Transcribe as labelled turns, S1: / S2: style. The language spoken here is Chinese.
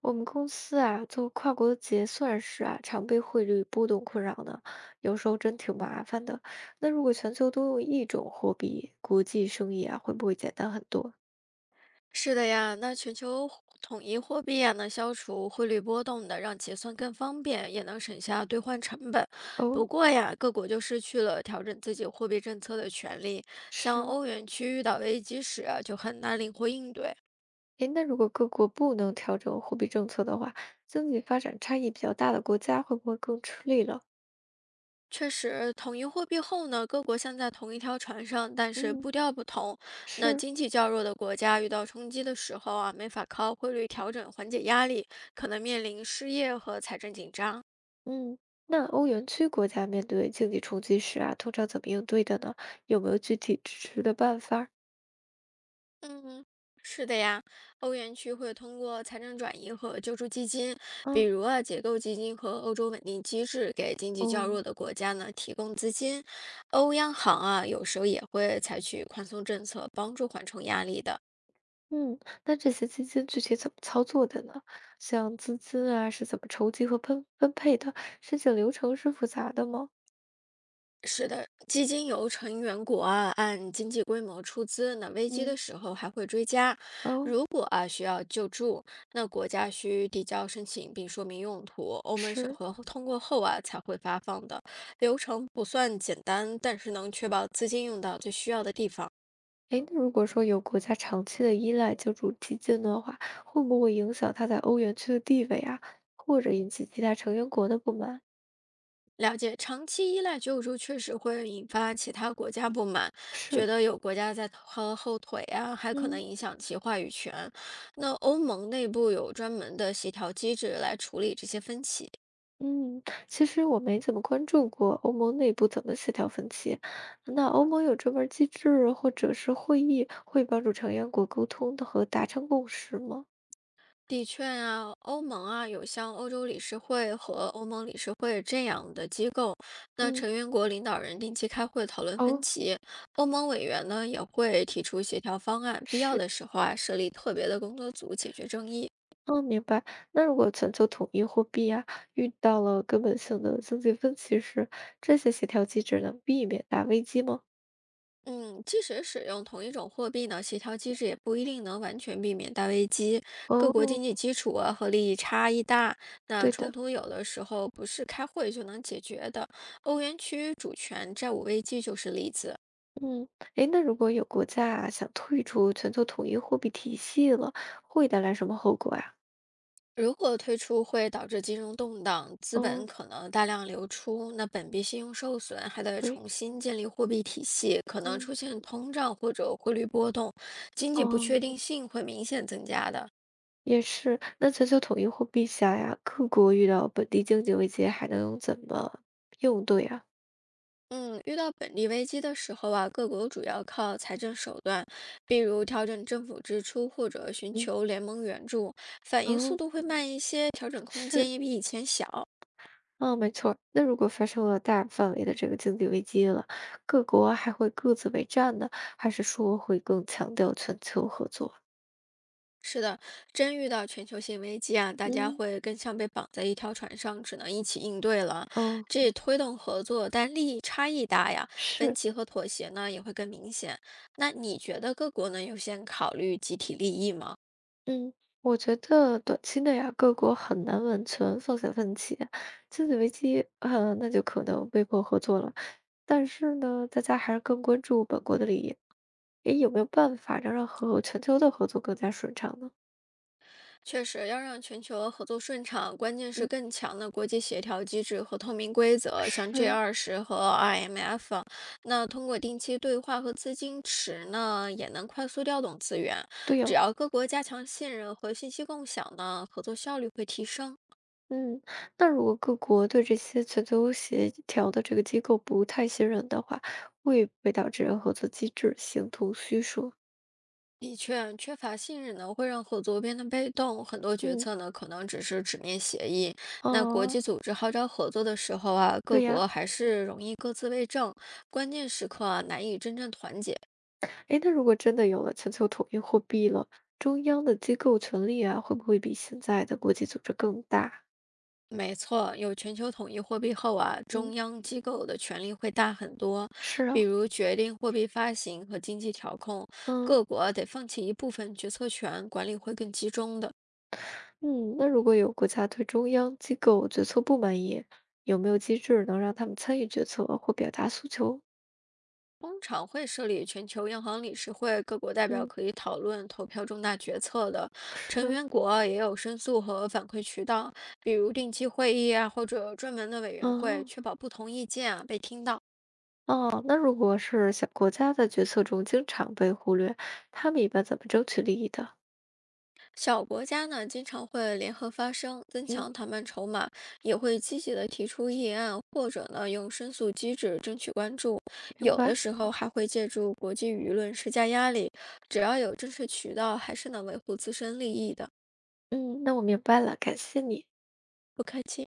S1: 我们公司啊，做跨国结算时啊，常被汇率波动困扰呢，有时候真挺麻烦的。那如果全球都用一种货币，国际生意啊，会不会简单很多？
S2: 是的呀，那全球统一货币呀，能消除汇率波动的，让结算更方便，也能省下兑换成本。不
S1: 哦，
S2: 过呀，各国就失去了调整自己货币政策的权利，像
S1: 是。
S2: 欧元区遇到危机时啊，就很难灵活应对。
S1: 诶，那如果各国不能调整货币政策的话，经济发展差异比较大的国家会不会更吃力了？
S2: 确实，统一货币后呢，各国像在同一条船上，但是
S1: 嗯，
S2: 步调不同。那
S1: 是。
S2: 经济较弱的国家遇到冲击的时候啊，没法靠汇率调整缓解压力，可能面临失业和财政紧张。
S1: 嗯，那欧元区国家面对经济冲击时啊，通常怎么应对的呢？有没有具体支持的办法儿？
S2: 嗯，是的呀，欧元区会通过财政转移和救助基金，比
S1: 嗯，
S2: 如啊结构基金和欧洲稳定机制，给经济
S1: 哦。
S2: 较弱的国家呢提供资金。欧央行啊有时候也会采取宽松政策，帮助缓冲压力的。
S1: 嗯，那这些基金具体怎么操作的呢？像资金啊，是怎么筹集和分配的？申请流程是复杂的吗？
S2: 是的，基金由成员国啊按经济规模出资，那危机的
S1: 嗯，
S2: 时候还会追加。
S1: 哦，
S2: 如果啊需要救助，那国家需递交申请并说明用途，欧盟审
S1: 是。
S2: 核后通过后啊才会发放的。流程不算简单，但是能确保资金用到最需要的地方。
S1: 诶，那如果说有国家长期的依赖救助基金的话，会不会影响它在欧元区的地位啊，或者引起其他成员国的不满？
S2: 了解，长期依赖救助确实会引发其他国家不满，觉
S1: 是，
S2: 得有国家在拖后腿啊，还可
S1: 嗯。
S2: 能影响其话语权。那欧盟内部有专门的协调机制来处理这些分歧。
S1: 嗯，其实我没怎么关注过欧盟内部怎么协调分歧。那欧盟有专门儿机制或者是会议，会帮助成员国沟通的和达成共识吗？
S2: 的确啊，欧盟啊有像欧洲理事会和欧盟理事会这样的机构，那
S1: 嗯，
S2: 成员国领导人定期开会讨论分
S1: 哦，
S2: 歧，欧盟委员呢也会提出协调方案，必要
S1: 是，
S2: 的时候啊设立特别的工作组解决争议。
S1: 哦，明白。那如果全球统一货币啊，遇到了根本性的经济分歧时，这些协调机制能避免大危机吗？
S2: 嗯，即使使用同一种货币呢，协调机制也不一定能完全避免大危机。各国
S1: 哦，
S2: 经济基础啊和利益差异大，那
S1: 对
S2: 冲
S1: 的。
S2: 突有的时候不是开会就能解决的。欧元区主权债务危机就是例子。
S1: 嗯，诶，那如果有国家啊想退出全球统一货币体系了，会带来什么后果呀？
S2: 如果退出会导致金融动荡，资本
S1: 哦，
S2: 可能大量流出，那本币信用受损，还得
S1: 对。
S2: 重新建立货币体系，可能
S1: 嗯，
S2: 出现通胀或者汇率波动，经济不
S1: 哦，
S2: 确定性会明显增加的。
S1: 也是。那全球统一货币下呀，各国遇到本地经济危机还能怎么应对啊？
S2: 嗯，遇到本地危机的时候啊，各国主要靠财政手段，比如调整政府支出或者寻
S1: 嗯，
S2: 求联盟援助，反应速
S1: 哦，
S2: 度会慢一些，调整空间
S1: 是，
S2: 也比以前小。
S1: 嗯，没错儿那如果发生了大范围的这个经济危机了，各国还会各自为战呢，还是说会更强调全球合作？
S2: 是的，真遇到全球性危机啊，大家
S1: 嗯，
S2: 会更像被绑在一条船上，只能一起应对了。
S1: 哦，
S2: 这也推动合作，但利益差异大呀，分
S1: 是。
S2: 歧和妥协呢也会更明显。那你觉得各国能优先考虑集体利益吗？
S1: 嗯，我觉得短期内啊，各国很难完全放下问题，经济危机，那就可能被迫合作了。但是呢，大家还是更关注本国的利益。诶，有没有办法让和全球的合作更加顺畅呢？
S2: 确实，要让全球合作顺畅，关键是
S1: 嗯，
S2: 更强的国际协调机制和透明规则，
S1: 是，
S2: 像 G
S1: 是，
S2: 二十和 IMF 啊，那通过定期对话和资金池呢，也能快速调动资源。
S1: 对
S2: 只
S1: 哦。
S2: 要各国加强信任和信息共享呢，合作效率会提升。
S1: 嗯，那如果各国对这些全球协调的这个机构不太信任的话，会不会导致合作机制形同虚设？
S2: 的确，缺乏信任呢，会让合作变得被动，很多决
S1: 嗯，
S2: 策呢可能只是纸面协议。那国
S1: 哦，
S2: 际组织号召合作的时候啊，
S1: 对
S2: 各
S1: 呀。
S2: 国还是容易各自为政，关键时刻啊难以真正团结。
S1: 诶，那如果真的有了全球统一货币了，中央的机构权力啊，会不会比现在的国际组织更大？
S2: 没错，有全球统一货币后啊，中
S1: 嗯
S2: 央机构的权力会大很多，
S1: 是
S2: 比
S1: 啊，
S2: 如决定货币发行和经济调控，
S1: 嗯
S2: 各国得放弃一部分决策权，管理会更集中的。
S1: 嗯，那如果有国家对中央机构决策不满意，有没有机制能让他们参与决策或表达诉求？
S2: 通常会设立全球央行理事会，各国代表
S1: 嗯，
S2: 可以讨论、投票重大决策的。成
S1: 是，
S2: 员国也有申诉和反馈渠道，比如定期会议啊，或者专门的委员会，
S1: 嗯
S2: 确保不同意见啊被听到。
S1: 哦，那如果是小国家在决策中经常被忽略，他们一般怎么争取利益的？
S2: 小国家呢，经常会联合发声，增
S1: 嗯，
S2: 强谈判筹码，也会积极的提出议案，或者呢用申诉机制争取关注。
S1: 明
S2: 有的
S1: 白。
S2: 时候还会借助国际舆论施加压力。只要有正式渠道，还是能维护自身利益的。
S1: 嗯，那我明白了，感谢你。
S2: 不客气。